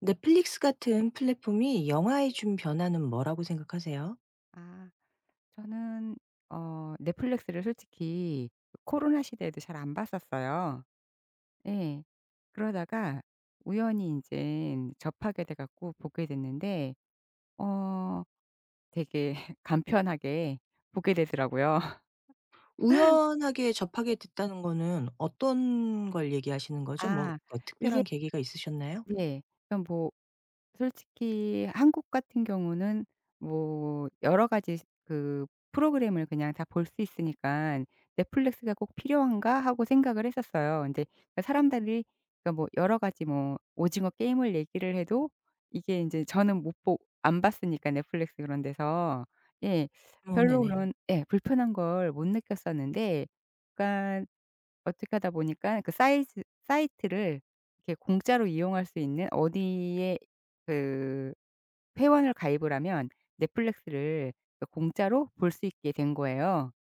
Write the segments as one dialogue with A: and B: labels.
A: 넷플릭스 같은 플랫폼이 영화에 준 변화는 뭐라고 생각하세요?
B: 아, 저는 넷플릭스를 솔직히 코로나 시대에도 잘 안 봤었어요. 예. 그러다가 우연히 이제 접하게 돼 갖고 보게 됐는데 어 되게 간편하게 보게 되더라고요.
A: 우연하게 접하게 됐다는 거는 어떤 걸 얘기하시는 거죠? 뭐
B: 아, 이게
A: 특별한 계기가 있으셨나요?
B: 네. 그러니까 뭐 솔직히 한국 같은 경우는 뭐 여러 가지 그 프로그램을 그냥 다 볼 수 있으니까 '넷플릭스가 꼭 필요한가?' 하고 생각을 했었어요. 인제 그 사람들이 그러니까 뭐 여러 가지 뭐 오징어 게임을 얘기를 해도 이게 인제 저는 못 보 안 봤으니까 넷플릭스 그런 데서. 예.
A: 어,
B: 별로
A: 네네.
B: 그런 예 불편한 걸 못 느꼈었는데 그러니까 어떻게 하다 보니까 그 사이즈 사이트를 이렇게 공짜로 이용할 수 있는 어디에 그 회원을 가입을 하면 넷플릭스를 그 공짜로 볼 수 있게 된 거예요.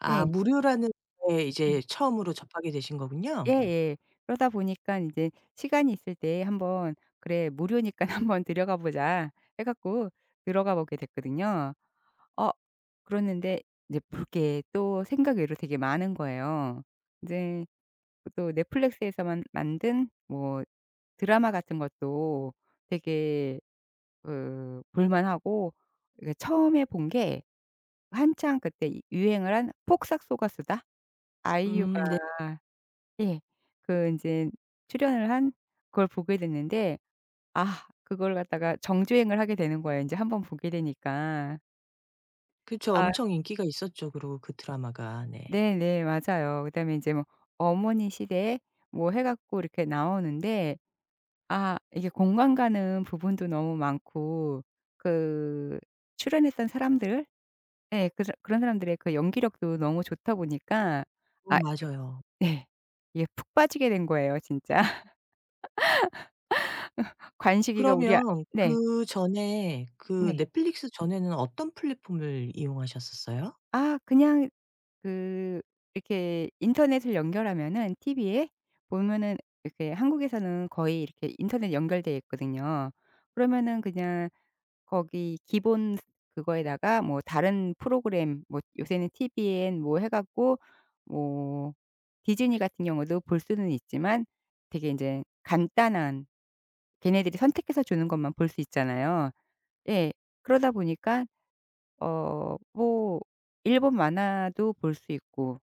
A: 아,
B: 예.
A: 무료라는 거에
B: 네.
A: 이제 처음으로 접하게 되신 거군요.
B: 예예. 그러다 보니까 인제 시간이 있을 때 한번 '그래, 무료니깐 한번 들어가 보자.' 해 갖고 들어가 보게 됐거든요. 어 그러는데 이제 볼 게 또 생각 외로 되게 많은 거예요. 이제 또 넷플릭스에서만 만든 뭐 드라마 같은 것도 되게 그 볼만하고, 이게 처음에 본 게 한창 그때 이 유행을 한 폭싹 속았수다? 아이유가
A: 음, 네.
B: 예, 그 인제 출연을 한 그걸 보게 됐는데, 아 그걸 갖다가 정주행을 하게 되는 거예요, 인제 한 번 보게 되니까.
A: 그쵸. 엄청 인기가 있었죠. 그리고 그 드라마가. 네.
B: 네네. 맞아요. 그다음에 이제 뭐 어머니 시대 뭐 해 갖고 이렇게 나오는데 아 이게 공감 가는 부분도 너무 많고 그 출연했던 사람들, 예, 그 사 그런 사람들의 그 연기력도 너무 좋다 보니까
A: 어,
B: 아 이게
A: 맞아요.
B: 네. 이게 푹 빠지게 된 거예요 진짜. 관식이가 우리 아
A: 그러면
B: 네.
A: 그전에 그
B: 네.
A: 넷플릭스 전에는 어떤 플랫폼을 이용하셨었어요?
B: 아 그냥 그 이렇게 인터넷을 연결하면은 TV에 보면은 이렇게 한국에서는 거의 이렇게 인터넷 연결돼 있거든요. 그러면은 그냥 거기 기본 그거에다가 뭐 다른 프로그램 뭐 요새는 t v 엔뭐 해 갖고 뭐 디즈니 같은 경우도 볼 수는 있지만 되게 이제 간단한 걔네들이 선택해서 주는 것만 볼 수 있잖아요. 예. 그러다 보니까 뭐 일본 만화도 볼 수 있고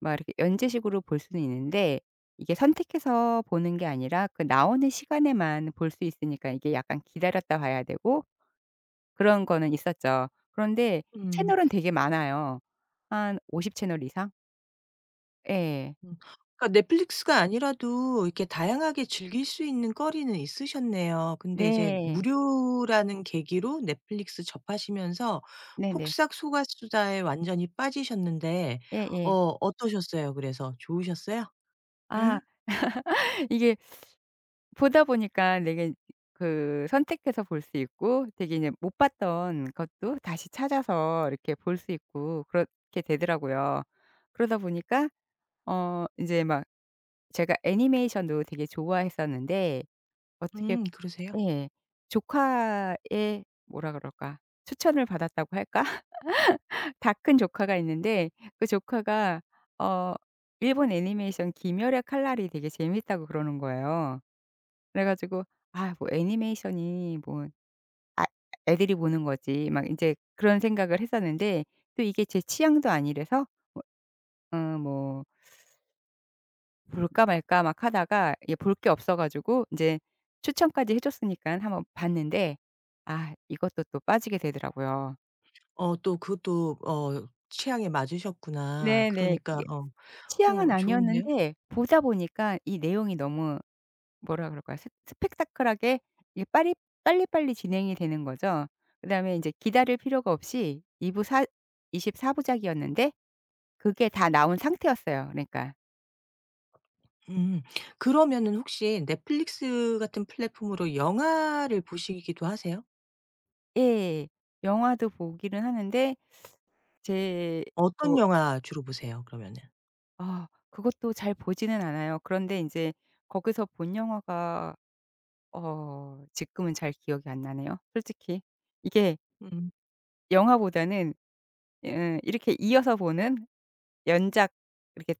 B: 막 이렇게 연재식으로 볼 수는 있는데 이게 선택해서 보는 게 아니라 그 나오는 시간에만 볼 수 있으니까 이게 약간 기다렸다 봐야 되고 그런 거는 있었죠. 그런데
A: 음.
B: 채널은 되게 많아요. 한 50 채널 이상? 예.
A: 음. 그러니까 넷플릭스가 아니라도 이렇게 다양하게 즐길 수 있는 거리는 있으셨네요. 근데 이제
B: 네.
A: 무료라는 계기로 넷플릭스 접하시면서
B: 네네.
A: 폭삭 소가수다에 완전히 빠지셨는데 어
B: 예예.
A: 어떠셨어요? 그래서 좋으셨어요?
B: 아 이게 보다 보니까 되게 그 선택해서 볼 수 있고 되게 이제 못 봤던 것도 다시 찾아서 이렇게 볼 수 있고 그렇게 되더라고요. 그러다 보니까 이제 막 제가 애니메이션도 되게 좋아했었는데 어떻게,
A: 음, 그러세요?
B: 예, 조카의 뭐라 그럴까? 추천을 받았다고 할까? 다 큰 조카가 있는데 그 조카가 어 일본 애니메이션 귀멸의 칼날이 되게 재밌다고 그러는 거예요. 그래 가지고 '아 뭐 애니메이션이 뭐 아 애들이 보는 거지.' 막 인제 그런 생각을 했었는데 또 이게 제 취향도 아니라서 어뭐 볼까 말까 막 하다가 예 볼 게 없어 가지고 인제 추천까지 해 줬으니깐 한번 봤는데 아 이것도 또 빠지게 되더라고요.
A: 어, 또 그것도 취향에 맞으셨구나.
B: 네네.
A: 그러니까
B: 이게
A: 어,
B: 취향은
A: 어, 좋은데요.
B: 아니었는데 보다 보니까 이 내용이 너무 뭐라 그럴까요? 스 스펙타클하게 이게 빠리 빨리빨리 진행이 되는 거죠. 그다음에 인제 기다릴 필요가 없이 2 부 사 24 부작이었는데 그게 다 나온 상태였어요. 그러니까
A: 음. 그러면은 혹시 넷플릭스 같은 플랫폼으로 영화를 보시기도 하세요?
B: 예. 영화도 보기는 하는데 제
A: 어떤
B: 뭐
A: 영화 주로 보세요 그러면은?
B: 아 그것도 잘 보지는 않아요. 그런데 인제 거기서 본 영화가 지금은 잘 기억이 안 나네요 솔직히. 이게
A: 음.
B: 영화보다는 예 이렇게 이어서 보는 연작 이렇게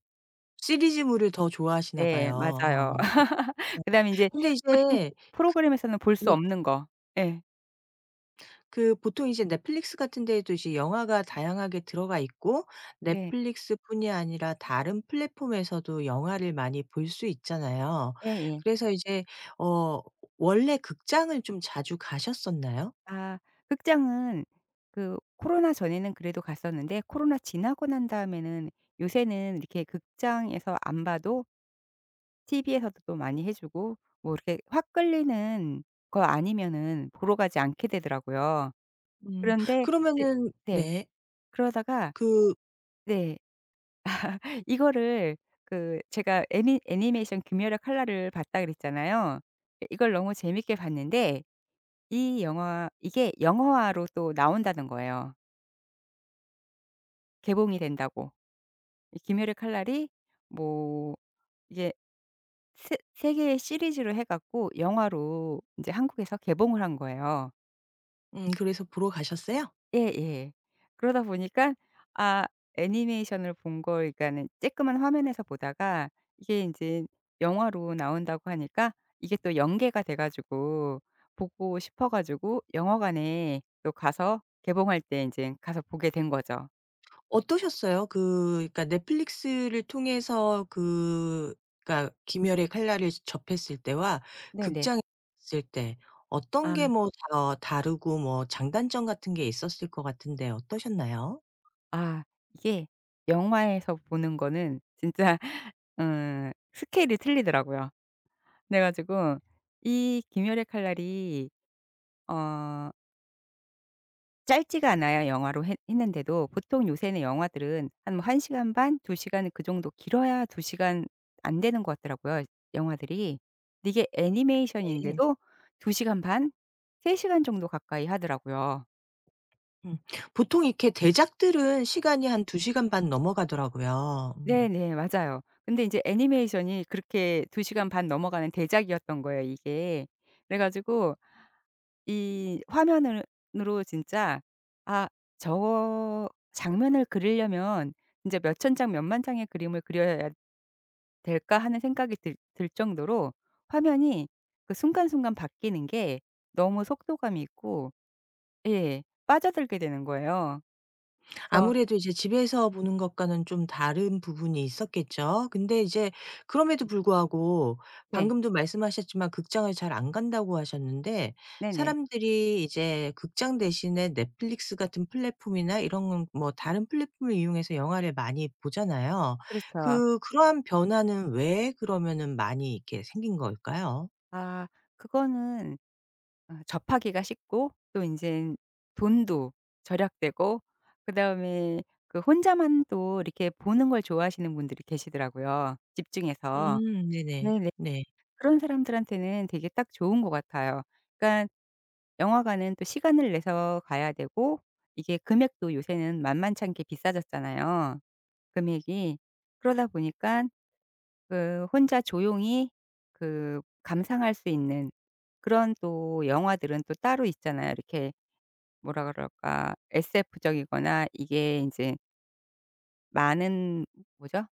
A: 시리즈물을 더 좋아하시나
B: 네
A: 봐요.
B: 맞아요.
A: 어, 그렇고.
B: 그다음에 인제
A: 근데
B: 보통
A: 이제
B: 프로그램에서는 볼 수
A: 네.
B: 없는 거. 예.
A: 그 보통 이제 넷플릭스 같은 데에도 이제 영화가 다양하게 들어가 있고
B: 네.
A: 넷플릭스뿐이 아니라 다른 플랫폼에서도 영화를 많이 볼 수 있잖아요.
B: 예예.
A: 그래서 이제 어 원래 극장을 좀 자주 가셨었나요?
B: 아 극장은 그 코로나 전에는 그래도 갔었는데 코로나 지나고 난 다음에는 요새는 이렇게 극장에서 안 봐도 TV에서도 또 많이 해 주고 뭐 이렇게 확 끌리는 거 아니면은 보러 가지 않게 되더라고요.
A: 음.
B: 그런데 이제
A: 그러면은
B: 네.
A: 네.
B: 그러다가
A: 그
B: 네. 이거를 그 제가 애니메이션 금요일의 칼날을 봤다 그랬잖아요. 예 이걸 너무 재밌게 봤는데 이 영화 이게 영화화로 또 나온다는 거예요, 개봉이 된다고. 이 금요의 칼날이 뭐 이게 세 3 개의 시리즈로 해 갖고 영화로 이제 한국에서 개봉을 한 거예요.
A: 그래서 보러 가셨어요?
B: 예예. 그러다 보니까 아 애니메이션을 본 걸 그러니까는 쬐끄만 화면에서 보다가 이게 인제 영화로 나온다고 하니까 이게 또 연계가 돼 가지고 보고 싶어 가지고 영화관에 또 가서 개봉할 때 인제 가서 보게 된 거죠.
A: 어떠셨어요? 그, 그러니까 넷플릭스를 통해서 그, 그러니까 김열의 칼날을 접했을 때와
B: 네네.
A: 극장에 갔을 때 어떤 게
B: 아
A: 뭐 더 다르고 뭐 장단점 같은 게 있었을 것 같은데 어떠셨나요?
B: 아, 이게 영화에서 보는 거는 진짜 스케일이 틀리더라고요. 그래 가지고 이 김열의 칼날이 어 짧지가 않아요 영화로 했는데도. 보통 요새는 영화들은 한뭐 1 시간 반, 2 시간, 그 정도, 길어야 2 시간 안 되는 것 같더라고요 영화들이. 근데 이게
A: 네.
B: 애니메이션인데도 2 시간 반, 3 시간 정도 가까이 하더라고요.
A: 음. 보통 이렇게 대작들은 시간이 한 2시간 시간 반 넘어가더라고요. 음.
B: 네네. 맞아요. 근데 이제 애니메이션이 그렇게 2 시간 반 넘어가는 대작이었던 거예요 이게. 그래 가지고 이 화면 으로 진짜 '아 저 장면을 그리려면 진짜 몇천 장, 몇만 장의 그림을 그려야 될까?' 하는 생각이 들 정도로 화면이 그 순간순간 바뀌는 게 너무 속도감이 있고, 예, 빠져들게 되는 거예요. 그래서
A: 아무래도 이제 집에서 보는 것과는 좀 다른 부분이 있었겠죠. 근데 이제 그럼에도 불구하고
B: 네.
A: 방금도 말씀하셨지만 극장을 잘 안 간다고 하셨는데
B: 네네.
A: 사람들이 이제 극장 대신에 넷플릭스 같은 플랫폼이나 이런 건뭐 다른 플랫폼을 이용해서 영화를 많이 보잖아요.
B: 그렇죠.
A: 그, 그러한 변화는 왜 그러면은 많이 이렇게 생긴 걸까요?
B: 아 그거는 접하기가 쉽고 또 이제 돈도 절약되고 그다음에 그 혼자만 또 이렇게 보는 걸 좋아하시는 분들이 계시더라고요 집중해서.
A: 음, 네네.
B: 네네.
A: 네.
B: 그런 사람들한테는 되게 딱 좋은 것 같아요. 그러니까 영화관은 또 시간을 내서 가야 되고 이게 금액도 요새는 만만찮게 비싸졌잖아요, 금액이. 그러다 보니까 그 혼자 조용히 그 감상할 수 있는 그런 또 영화들은 또 따로 있잖아요. 이렇게 뭐라 그럴까? SF적이거나 이게 이제 많은 뭐죠?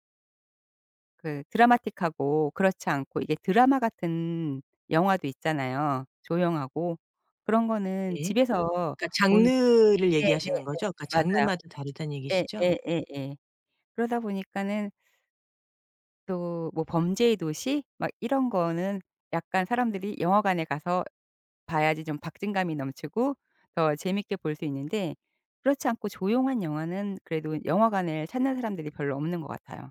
B: 그 드라마틱하고 그렇지 않고 이게 드라마 같은 영화도 있잖아요, 조용하고. 그런 거는
A: 네.
B: 집에서
A: 그러니까
B: 보는.
A: 장르를 얘기하시는
B: 네네네.
A: 거죠? 그러니까
B: 맞아요.
A: 장르마다 다르다는
B: 예
A: 얘기시죠?
B: 예 예 예. 그러다 보니까는 또 뭐 범죄의 도시 막 이런 거는 약간 사람들이 영화관에 가서 봐야지 좀 박진감이 넘치고 더 재밌게 볼 수 있는데 그렇지 않고 조용한 영화는 그래도 영화관을 찾는 사람들이 별로 없는 것 같아요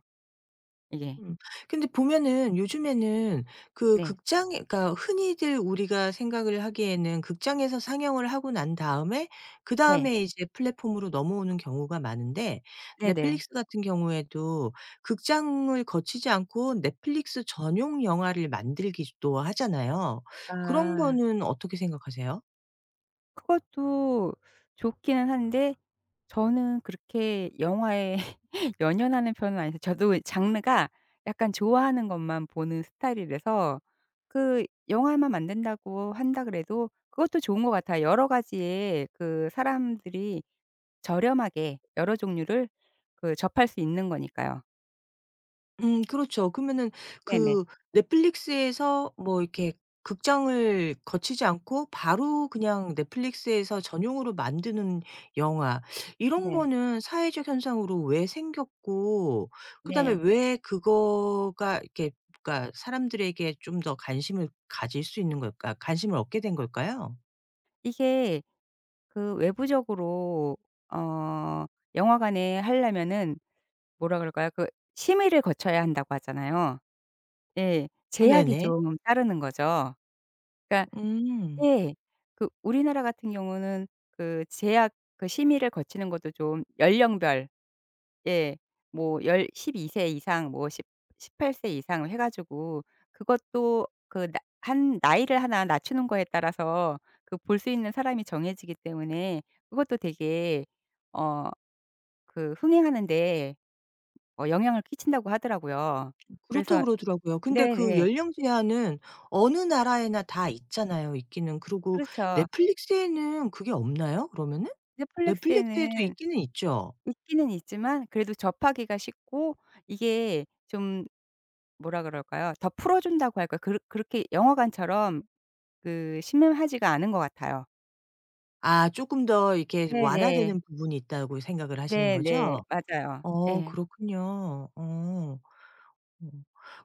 B: 이게.
A: 음. 근데 보면은 요즘에는 그
B: 네.
A: 극장에 그러니까 흔히들 우리가 생각을 하기에는 극장에서 상영을 하고 난 다음에
B: 네.
A: 그다음에 이제 플랫폼으로 넘어오는 경우가 많은데
B: 네네.
A: 넷플릭스 같은 경우에도 극장을 거치지 않고 넷플릭스 전용 영화를 만들기도 하잖아요. 그런
B: 아.
A: 거는 어떻게 생각하세요?
B: 그것도 좋기는 한데 저는 그렇게 영화에 연연하는 편은 아니어서, 저도 장르가 약간 좋아하는 것만 보는 스타일이라서 그 영화만 만든다고 한다 그래도 그것도 좋은 것 같아요. 여러 가지의 그 사람들이 저렴하게 여러 종류를 그 접할 수 있는 거니까요.
A: 음, 그렇죠. 그러면은
B: 네네.
A: 그 넷플릭스에서 뭐 이렇게 극장을 거치지 않고 바로 그냥 넷플릭스에서 전용으로 만드는 영화 이런
B: 네.
A: 거는 사회적 현상으로 왜 생겼고 그다음에
B: 네.
A: 왜 그거가 이렇게 그러니까 사람들에게 좀 더 관심을 가질 수 있는 걸까? 관심을 얻게 된 걸까요?
B: 이게 그 외부적으로 어 영화관에 하려면은 뭐라 그럴까요? 그 심의를 거쳐야 한다고 하잖아요. 예. 제약이
A: 네네.
B: 좀 따르는 거죠. 그러니까
A: 음.
B: 예. 그 우리나라 같은 경우는 그 제약 그 심의를 거치는 것도 좀 연령별, 예, 뭐 열 12세 이상 뭐 십 18세 이상 해 가지고 그것도 그 나 한 나이를 하나 낮추는 거에 따라서 그 볼 수 있는 사람이 정해지기 때문에 그것도 되게 어 그 흥행하는 데 영향을 끼친다고 하더라고요.
A: 그렇다고
B: 그래서
A: 그러더라고요. 근데 그
B: 네네.
A: 연령 제한은 어느 나라에나 다 있잖아요, 있기는. 그리고
B: 그렇죠.
A: 넷플릭스에는 그게 없나요, 그러면은? 넷플릭스에도
B: 넷플릭스에는
A: 있기는 있죠?
B: 있기는 있지만 그래도 접하기가 쉽고 이게 좀 뭐라 그럴까요? 더 풀어 준다고 할까요? 그렇게 영화관처럼 그 신명하지가 않은 것 같아요.
A: 아, 쪼끔 더 이렇게
B: 네네.
A: 완화되는 부분이 있다고 생각을 하시는
B: 네네.
A: 거죠?
B: 맞아요.
A: 어,
B: 예.
A: 그렇군요. 어. 어.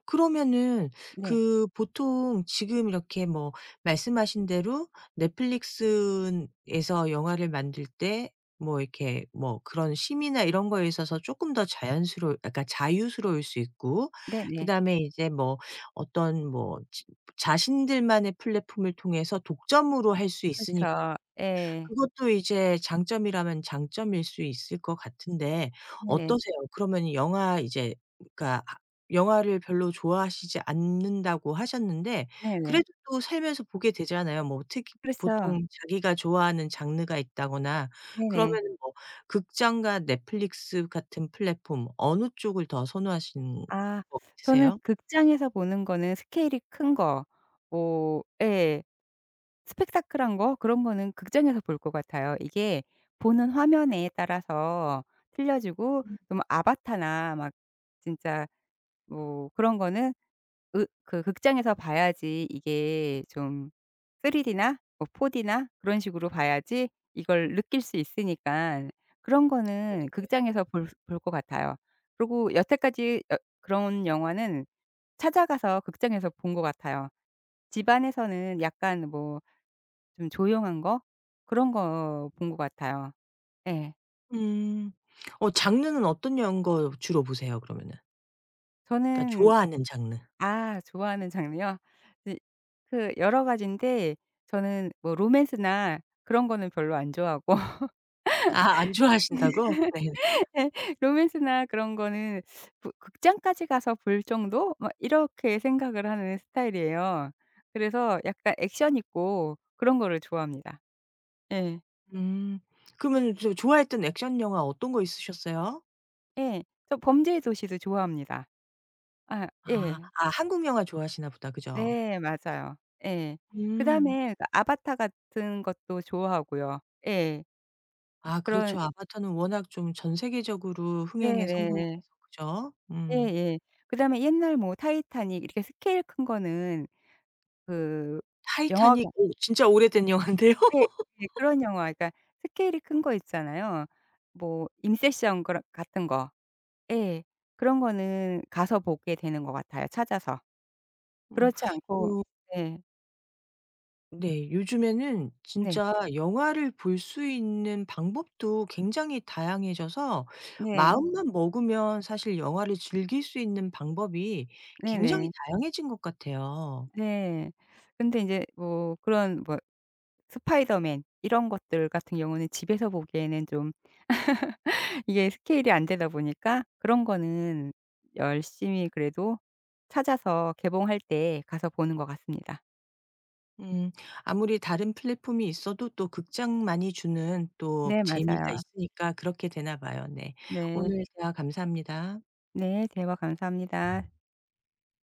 A: 그러면은
B: 네.
A: 그 보통 지금 이렇게 뭐 말씀하신 대로 넷플릭스에서 영화를 만들 때 뭐 이렇게 뭐 그런 심의나 이런 거에 있어서 조금 더 자연스러울 그러니까 자유스러울 수 있고
B: 네네.
A: 그다음에 이제 뭐 어떤 뭐 지 자신들만의 플랫폼을 통해서 독점으로 할 수 있으니 까
B: 그렇죠. 예.
A: 그것도 이제 장점이라면 장점일 수 있을 것 같은데
B: 네네.
A: 어떠세요? 그러면 영화 이제 그러니까 아 영화를 별로 좋아하시지 않는다고 하셨는데
B: 네네.
A: 그래도 또 살면서 보게 되잖아요. 뭐 특히
B: 그렇죠.
A: 보통 자기가 좋아하는 장르가 있다거나
B: 네네.
A: 그러면은 뭐 극장과 넷플릭스 같은 플랫폼 어느 쪽을 더 선호하시는
B: 아
A: 것
B: 저는
A: 같으세요?
B: 극장에서 보는 거는 스케일이 큰 거 뭐, 예, 스펙타클한 거 그런 거는 극장에서 볼 것 같아요. 이게 보는 화면에 따라서 틀려지고, 좀 아바타나 막 진짜 뭐 그런 거는 으 그 극장에서 봐야지, 이게 좀 3 D나 뭐 4 D나 그런 식으로 봐야지 이걸 느낄 수 있으니까 그런 거는
A: 그렇겠네요.
B: 극장에서 볼 것 같아요. 그리고 여태까지 여 그런 영화는 찾아가서 극장에서 본 것 같아요. 집안에서는 약간 뭐 좀 조용한 거 그런 거 본 것 같아요. 예.
A: 음. 어 장르는 어떤 연거 주로 보세요 그러면은? 그러니까
B: 저는
A: 좋아하는 장르.
B: 아 좋아하는 장르요? 이 그 여러 가지인데 저는 뭐 로맨스나 그런 거는 별로 안 좋아하고
A: 아 안 좋아하신다고? 네.
B: 예 로맨스나 그런 거는 부 극장까지 가서 볼 정도, 막 이렇게 생각을 하는 스타일이에요. 그래서 약간 액션 있고 그런 거를 좋아합니다. 예.
A: 음. 그러면 저 좋아했던 액션 영화 어떤 거 있으셨어요?
B: 예. 저 범죄의 도시도 좋아합니다. 아,
A: 아.
B: 예.
A: 아 한국 영화 좋아하시나 보다. 그죠?
B: 네 맞아요. 예.
A: 음.
B: 그다음에 그 아바타 같은 것도 좋아하고요. 예.
A: 아
B: 그런.
A: 그렇죠. 아바타는 워낙 좀 전 세계적으로 흥행에 성공을
B: 네네.
A: 해서 그죠? 음.
B: 예예. 그다음에 옛날 뭐 타이타닉 이렇게 스케일 큰 거는 그
A: 타이타닉,
B: 영화가
A: 오 진짜 오래된 영화인데요.
B: 예 예 그런 영화 그러니까 스케일이 큰 거 있잖아요. 뭐 인셉션 그런 같은 거. 예. 그런 거는 가서 보게 되는 것 같아요 찾아서.
A: 음.
B: 그렇지 않고.
A: 어.
B: 네.
A: 네. 요즘에는
B: 네.
A: 진짜 영화를 볼 수 있는 방법도 굉장히 다양해져서
B: 네.
A: 마음만 먹으면 사실 영화를 즐길 수 있는 방법이
B: 네
A: 굉장히
B: 네.
A: 다양해진 것 같아요.
B: 네. 근데 인제 뭐 그런 뭐 스파이더맨 이런 것들 같은 경우는 집에서 보기에는 좀 이게 스케일이 안 되다 보니까 그런 거는 열심히 그래도 찾아서 개봉할 때 가서 보는 것 같습니다.
A: 음 아무리 다른 플랫폼이 있어도 또 극장만이 주는 또
B: 네
A: 재미가
B: 맞아요.
A: 있으니까 그렇게 되나 봐요. 네.
B: 네.
A: 오늘 대화 감사합니다.
B: 네. 대화 감사합니다.